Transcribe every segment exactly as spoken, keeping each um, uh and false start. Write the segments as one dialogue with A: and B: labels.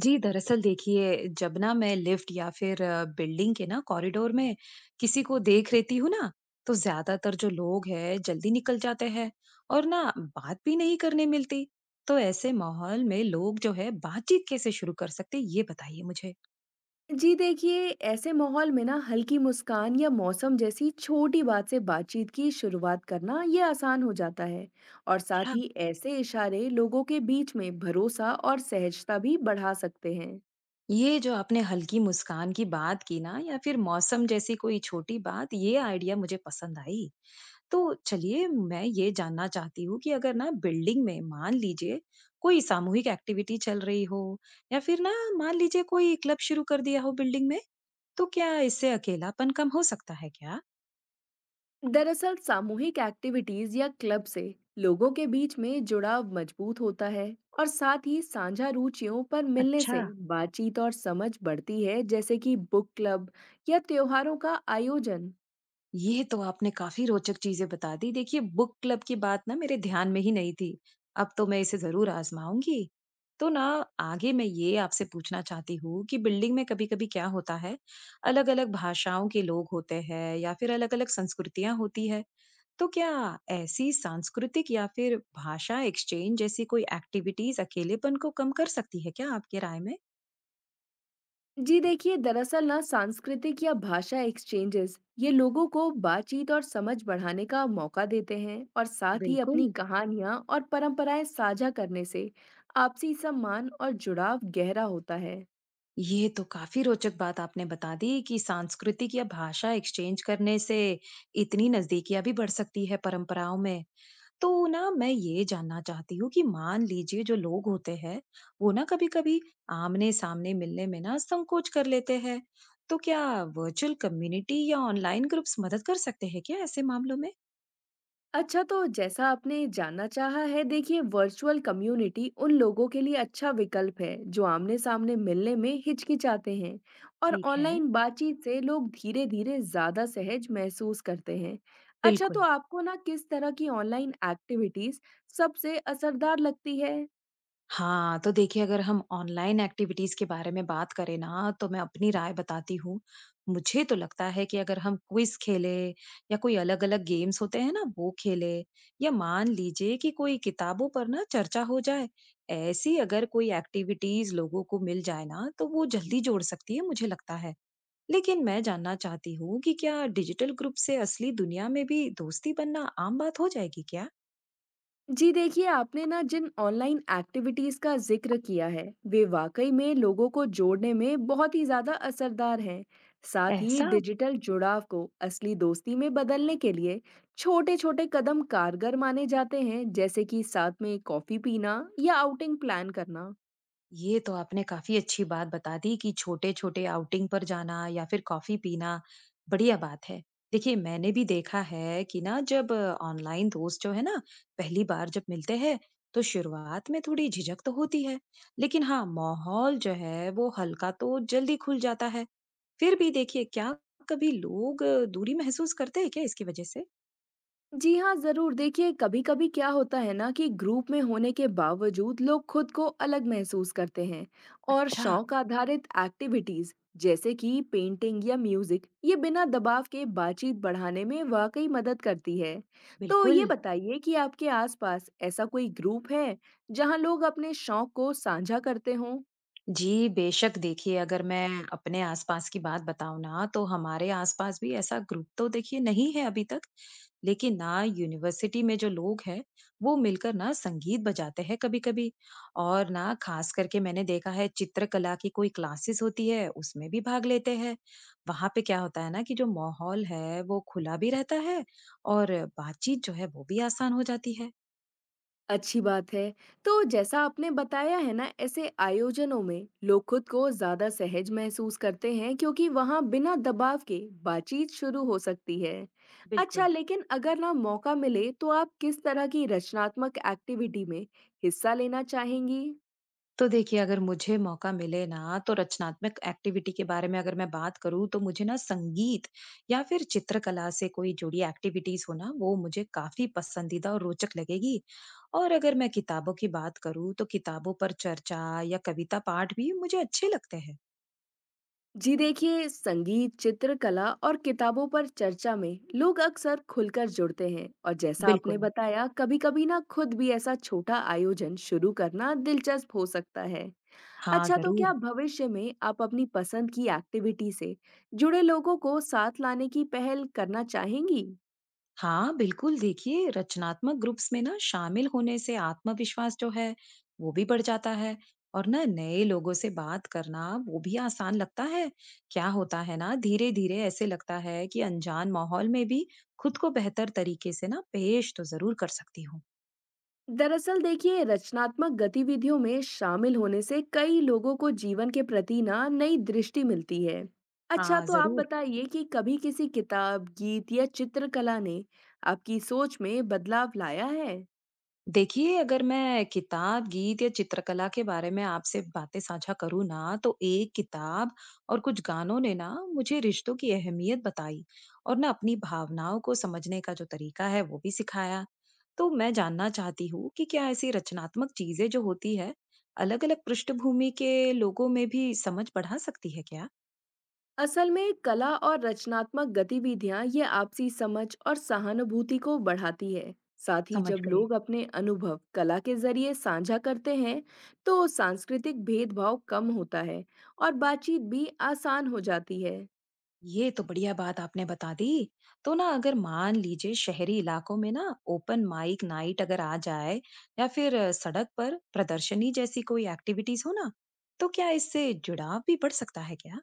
A: जी, दरअसल देखिए, जब ना मैं लिफ्ट या फिर अ, बिल्डिंग के ना कॉरिडोर में किसी को देख लेती हूँ ना, तो ज़्यादातर जो लोग हैं, जल्दी निकल जाते हैं और ना बात भी नहीं करने मिलती। तो ऐसे माहौल में लोग जो है, बातचीत कैसे शुरू कर सकते हैं, ये बताइए मुझे?
B: जी देखिए, ऐसे माहौल में ना हल्की मुस्कान या मौसम जैसी छोटी बात से बातचीत की शुरुआत करना ये आसान हो जाता है और साथ
A: अच्छा।
B: ही ऐसे इशारे लोगों के बीच में भरोसा और सहजता भी बढ़ा सकते हैं।
A: ये जो आपने हल्की मुस्कान की बात की ना या फिर मौसम जैसी कोई छोटी बात, ये आइडिया मुझे पसंद आई। तो चलिए मैं ये जानना चाहती हूँ कि अगर ना बिल्डिंग में मान लीजिए कोई सामूहिक एक्टिविटी चल रही हो या फिर ना मान लीजिए कोई क्लब शुरू कर दिया हो बिल्डिंग में तो क्या इससे अकेलापन कम हो सकता है क्या।
B: दरअसल सामूहिक एक्टिविटीज या क्लब से लोगों के बीच में जुड़ाव मजबूत होता है और साथ ही साझा रुचियों पर मिलने
A: अच्छा।
B: से बातचीत और समझ बढ़ती है, जैसे कि बुक क्लब या त्योहारों का आयोजन।
A: ये तो आपने काफ़ी रोचक चीज़ें बता दी। देखिए, बुक क्लब की बात ना मेरे ध्यान में ही नहीं थी। अब तो मैं इसे ज़रूर आज़माऊँगी। तो ना आगे मैं ये आपसे पूछना चाहती हूँ कि बिल्डिंग में कभी-कभी क्या होता है, अलग-अलग भाषाओं के लोग होते हैं या फिर अलग-अलग संस्कृतियाँ होती है। तो क्या ऐसी सांस्कृतिक या फिर भाषा एक्सचेंज जैसी कोई एक्टिविटीज़ अकेलेपन को कम कर सकती है क्या आपके राय में?
B: जी देखिए, दरअसल ना सांस्कृतिक या भाषा एक्सचेंजेस ये लोगों को बातचीत और समझ बढ़ाने का मौका देते हैं और साथ ही अपनी
A: बिल्कुल।
B: कहानियां और परंपराएं साझा करने से आपसी सम्मान और जुड़ाव गहरा होता है।
A: ये तो काफी रोचक बात आपने बता दी कि सांस्कृतिक या भाषा एक्सचेंज करने से इतनी नजदीकियां भी बढ़ सकती है परंपराओं में। तो ना मैं ये जानना चाहती हूँ कि मान लीजिए जो लोग होते हैं वो ना कभी कभी आमने सामने मिलने में ना संकोच कर लेते हैं, तो क्या वर्चुअल कम्युनिटी या ऑनलाइन ग्रुप्स मदद कर सकते हैं क्या ऐसे मामलों में।
B: अच्छा, तो जैसा आपने जानना चाहा है, देखिए वर्चुअल कम्युनिटी उन लोगों के लिए अच्छा विकल्प है, जो आमने-सामने मिलने में हिचकिचाते हैं और
A: ठीक है।
B: ऑनलाइन बातचीत से लोग धीरे-धीरे ज़्यादा सहज महसूस करते हैं। अच्छा, तो
A: बिल्कुल।
B: आपको ना किस तरह की ऑनलाइन एक्टिविटीज़ सबसे असरदार लगती है?
A: हाँ, तो देखिए अगर हम ऑनलाइन एक्टिविटीज़ के बारे में बात करें ना, तो मैं अपनी राय बताती हूँ। मुझे तो लगता है कि अगर हम क्विज़ खेलें या कोई अलग-अलग गेम्स होते हैं ना, वो खेलें या मान लीजिए कि कोई किताबों पर ना चर्चा हो जाए। ऐसी अगर कोई एक्टिविटीज़ लोगों को मिल जाए ना, तो वो जल्दी जोड़ सकती है, मुझे लगता है। लेकिन मैं जानना चाहती हूँ कि क्या डिजिटल ग्रुप से असली दुनिया में भी दोस्ती बनना आम बात हो जाएगी क्या?
B: जी देखिए, आपने ना जिन ऑनलाइन एक्टिविटीज़ का ज़िक्र किया है, वे वाकई में लोगों को जोड़ने में बहुत ही ज़्यादा असरदार हैं। साथ ही
A: ऐसा?
B: डिजिटल जुड़ाव को असली दोस्ती में बदलने के लिए छोटे-छोटे कदम कारगर माने जाते हैं, जैसे कि साथ में कॉफ़ी पीना या आउटिंग प्लान करना।
A: ये तो आपने काफ़ी अच्छी बात बता दी कि छोटे-छोटे आउटिंग पर जाना या फिर कॉफ़ी पीना, बढ़िया बात है। देखिए, मैंने भी देखा है कि ना जब ऑनलाइन दोस्त जो है ना, पहली बार जब मिलते हैं, तो शुरुआत में थोड़ी झिझक तो होती है। लेकिन हाँ, माहौल जो है वो हल्का तो जल्दी खुल जाता है। फिर भी देखिए, क्या कभी लोग अ, दूरी महसूस करते हैं क्या इसकी वजह से?
B: जी हाँ, ज़रूर। देखिए, कभी-कभी क्या होता है ना कि ग्रुप में होने के बावजूद लोग खुद को अलग महसूस करते हैं और
A: अच्छा।
B: शौक आधारित एक्टिविटीज़ जैसे कि पेंटिंग या म्यूज़िक, ये बिना दबाव के बातचीत बढ़ाने में वाकई मदद करती है। तो
A: बिल्कुल।
B: ये बताइए कि आपके आसपास ऐसा कोई ग्रुप है, जहाँ लोग अपने शौक को साझा करते हों?
A: जी, बेशक देखिए अगर मैं अपने आसपास की बात बताऊँ ना, तो हमारे आसपास भी ऐसा ग्रुप तो देखिए नहीं है अभी तक। लेकिन ना यूनिवर्सिटी में जो लोग हैं, वो मिलकर ना संगीत बजाते हैं कभी-कभी। और ना ख़ास करके मैंने देखा है चित्रकला की कोई क्लासेस होती है, उसमें भी भाग लेते हैं। वहाँ पे क्या होता है ना कि जो माहौल है, वो खुला भी रहता है और बातचीत जो है वो भी आसान हो जाती है।
B: अच्छी बात है। तो जैसा आपने बताया है ना, ऐसे आयोजनों में लोग खुद को ज़्यादा सहज महसूस करते हैं क्योंकि वहाँ बिना दबाव के बातचीत शुरू हो सकती है। अच्छा,
A: बिल्कुल।
B: लेकिन अगर ना मौका मिले तो आप किस तरह की रचनात्मक एक्टिविटी में हिस्सा लेना चाहेंगी?
A: तो देखिए, अगर मुझे मौका मिले ना, तो रचनात्मक एक्टिविटी के बारे में अगर मैं बात करूँ, तो मुझे ना संगीत या फिर चित्रकला से कोई जुड़ी एक्टिविटीज़ हो ना, वो मुझे काफ़ी पसंदीदा और रोचक लगेगी। और अगर मैं किताबों की बात करूँ, तो किताबों पर चर्चा या कविता पाठ भी मुझे अच्छे लगते हैं।
B: जी देखिए, संगीत, चित्रकला और किताबों पर चर्चा में लोग अक्सर खुलकर जुड़ते हैं और जैसा आपने
A: बिल्कुल।
B: बताया, कभी-कभी ना खुद भी ऐसा छोटा आयोजन शुरू करना दिलचस्प हो सकता है।
A: हाँ,
B: अच्छा, तो क्या
A: ज़रूर।
B: भविष्य में आप अपनी पसंद की एक्टिविटी से जुड़े लोगों को साथ लाने की पहल करना चाहेंगी?
A: हाँ बिल्कुल, देखिए रचनात्मक ग्रुप्स में ना शामिल होने से आत्मविश्वास जो है वो भी बढ़ जाता है और ना नए लोगों से बात करना वो भी आसान लगता है। क्या होता है ना धीरे धीरे ऐसे लगता है कि अनजान माहौल में भी खुद को बेहतर तरीके से ना पेश तो जरूर कर सकती हूँ।
B: दरअसल देखिए, रचनात्मक गतिविधियों में शामिल होने से कई लोगों को जीवन के प्रति ना नई दृष्टि मिलती है। अच्छा,
A: हाँ
B: तो आप
A: जरूर।
B: बताइए कि कभी किसी किताब, गीत या चित्रकला ने आपकी सोच में बदलाव लाया है?
A: देखिए, अगर मैं किताब, गीत या चित्रकला के बारे में आपसे बातें साझा करूँ ना, तो एक किताब और कुछ गानों ने ना मुझे रिश्तों की अहमियत बताई और ना अपनी भावनाओं को समझने का जो तरीका है, वो भी सिखाया। तो मैं जानना चाहती हूँ कि क्या ऐसी रचनात्मक चीज़ें जो होती है, अलग-अलग पृष्ठभूमि के लोगों में भी समझ बढ़ा सकती है क्या?
B: असल में कला और रचनात्मक गतिविधियां ये आपसी समझ और सहानुभूति को बढ़ाती है। साथ ही
A: समझ
B: जब
A: गई।
B: लोग अपने अनुभव कला के जरिए साझा करते हैं तो सांस्कृतिक भेदभाव कम होता है और बातचीत भी आसान हो जाती है।
A: ये तो बढ़िया बात आपने बता दी। तो ना अगर मान लीजिए शहरी इलाकों में ना ओपन माइक नाइट अगर आ जाए या फिर अ, सड़क पर प्रदर्शनी जैसी कोई एक्टिविटीज हो ना, तो क्या इससे जुड़ाव भी बढ़ सकता है क्या।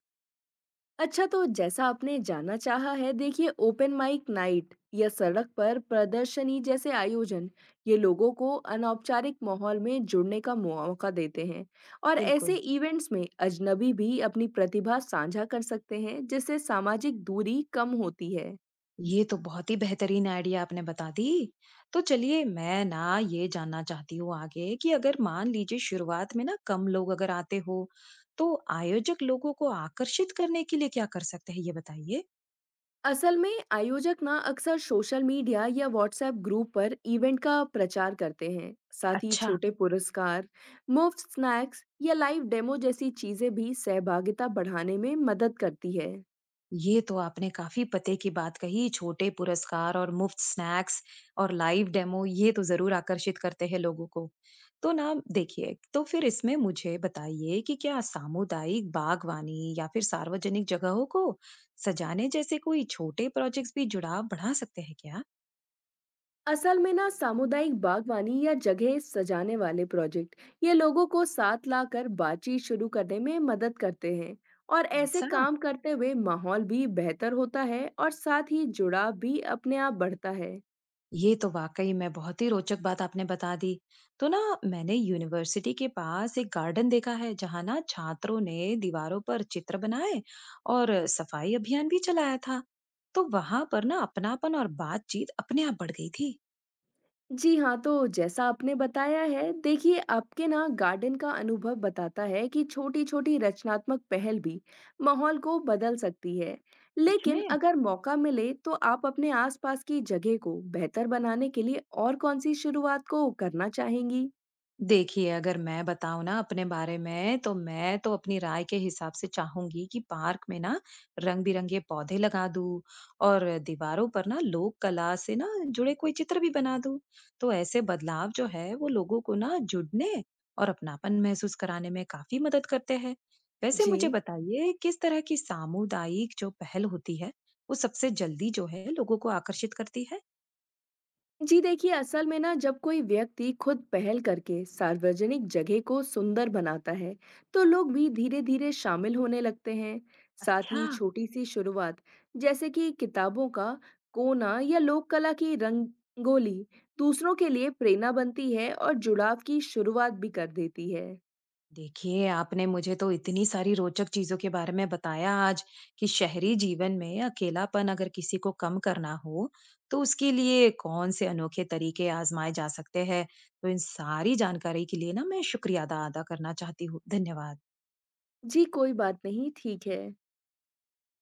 B: अच्छा, तो जैसा आपने जानना चाहा है, देखिए ओपन माइक नाइट या सड़क पर प्रदर्शनी जैसे आयोजन ये लोगों को अनौपचारिक माहौल में जुड़ने का मौका देते हैं और ऐसे
A: बिल्कुल।
B: इवेंट्स में अजनबी भी अपनी प्रतिभा साझा कर सकते हैं, जिससे सामाजिक दूरी कम होती है।
A: ये तो बहुत ही बेहतरीन आइडिया आपने बता दी। तो चलिए मैं ना ये जानना चाहती हूँ आगे कि अगर मान लीजिए शुरुआत में ना कम लोग अगर आते हो, तो आयोजक लोगों को आकर्षित करने के लिए क्या कर सकते हैं ये बताइए।
B: असल में आयोजक ना अक्सर सोशल मीडिया या व्हाट्सएप ग्रुप पर इवेंट का प्रचार करते हैं। साथ ही
A: अच्छा।
B: छोटे पुरस्कार, मुफ्त स्नैक्स या लाइव डेमो जैसी चीजें भी सहभागिता बढ़ाने में मदद करती है।
A: ये तो आपने काफ़ी पते की बात कही। छोटे पुरस्कार और मुफ्त स्नैक्स और लाइव डेमो ये तो ज़रूर आकर्षित करते हैं लोगों को। तो ना देखिए, तो फिर इसमें मुझे बताइए कि क्या सामुदायिक बागवानी या फिर सार्वजनिक जगहों को सजाने जैसे कोई छोटे प्रोजेक्ट्स भी जुड़ाव बढ़ा सकते हैं क्या?
B: असल में ना सामुदायिक बागवानी या जगह सजाने वाले प्रोजेक्ट ये लोगों को साथ लाकर बातचीत शुरू करने में मदद करते हैं और ऐसे
A: ऐसा?
B: काम करते हुए माहौल भी बेहतर होता है और साथ ही जुड़ाव भी अपने आप बढ़ता है।
A: ये तो वाकई में बहुत ही रोचक बात आपने बता दी। तो ना मैंने यूनिवर्सिटी के पास एक गार्डन देखा है जहाँ ना छात्रों ने दीवारों पर चित्र बनाए और सफाई अभियान भी चलाया था, तो वहां पर ना अपनापन और बातचीत अपने आप बढ़ गई थी।
B: जी हाँ, तो जैसा आपने बताया है, देखिए आपके ना गार्डन का अनुभव बताता है कि छोटी-छोटी रचनात्मक पहल भी माहौल को बदल सकती है।
A: सच
B: लेकिन
A: में।
B: अगर मौका मिले तो आप अपने आसपास की जगह को बेहतर बनाने के लिए और कौन सी शुरुआत को करना चाहेंगी?
A: देखिए, अगर मैं बताऊँ ना अपने बारे में, तो मैं तो अपनी राय के हिसाब से चाहूँगी कि पार्क में ना रंग-बिरंगे पौधे लगा दूँ और दीवारों पर ना लोक कला से ना जुड़े कोई चित्र भी बना दूँ। तो ऐसे बदलाव जो है, वो लोगों को ना जुड़ने और अपनापन महसूस कराने में काफ़ी मदद करते हैं। वैसे मुझे
B: जी।
A: बताइए, किस तरह की सामुदायिक जो पहल होती है, वो सबसे जल्दी जो है, लोगों को आकर्षित करती है?
B: जी देखिए, असल में ना जब कोई व्यक्ति खुद पहल करके सार्वजनिक जगह को सुंदर बनाता है तो लोग भी धीरे धीरे शामिल होने लगते हैं। साथ
A: अच्छा।
B: ही छोटी सी शुरुआत जैसे कि किताबों का कोना या लोक कला की रंगोली दूसरों के लिए प्रेरणा बनती है और जुड़ाव की शुरुआत भी कर देती है।
A: देखिए, आपने मुझे तो इतनी सारी रोचक चीज़ों के बारे में बताया आज कि शहरी जीवन में अकेलापन अगर किसी को कम करना हो, तो उसके लिए कौन से अनोखे तरीके आज़माए जा सकते हैं। तो इन सारी जानकारी के लिए ना मैं शुक्रिया अदा अदा करना चाहती हूँ। धन्यवाद।
B: जी कोई बात नहीं, ठीक है।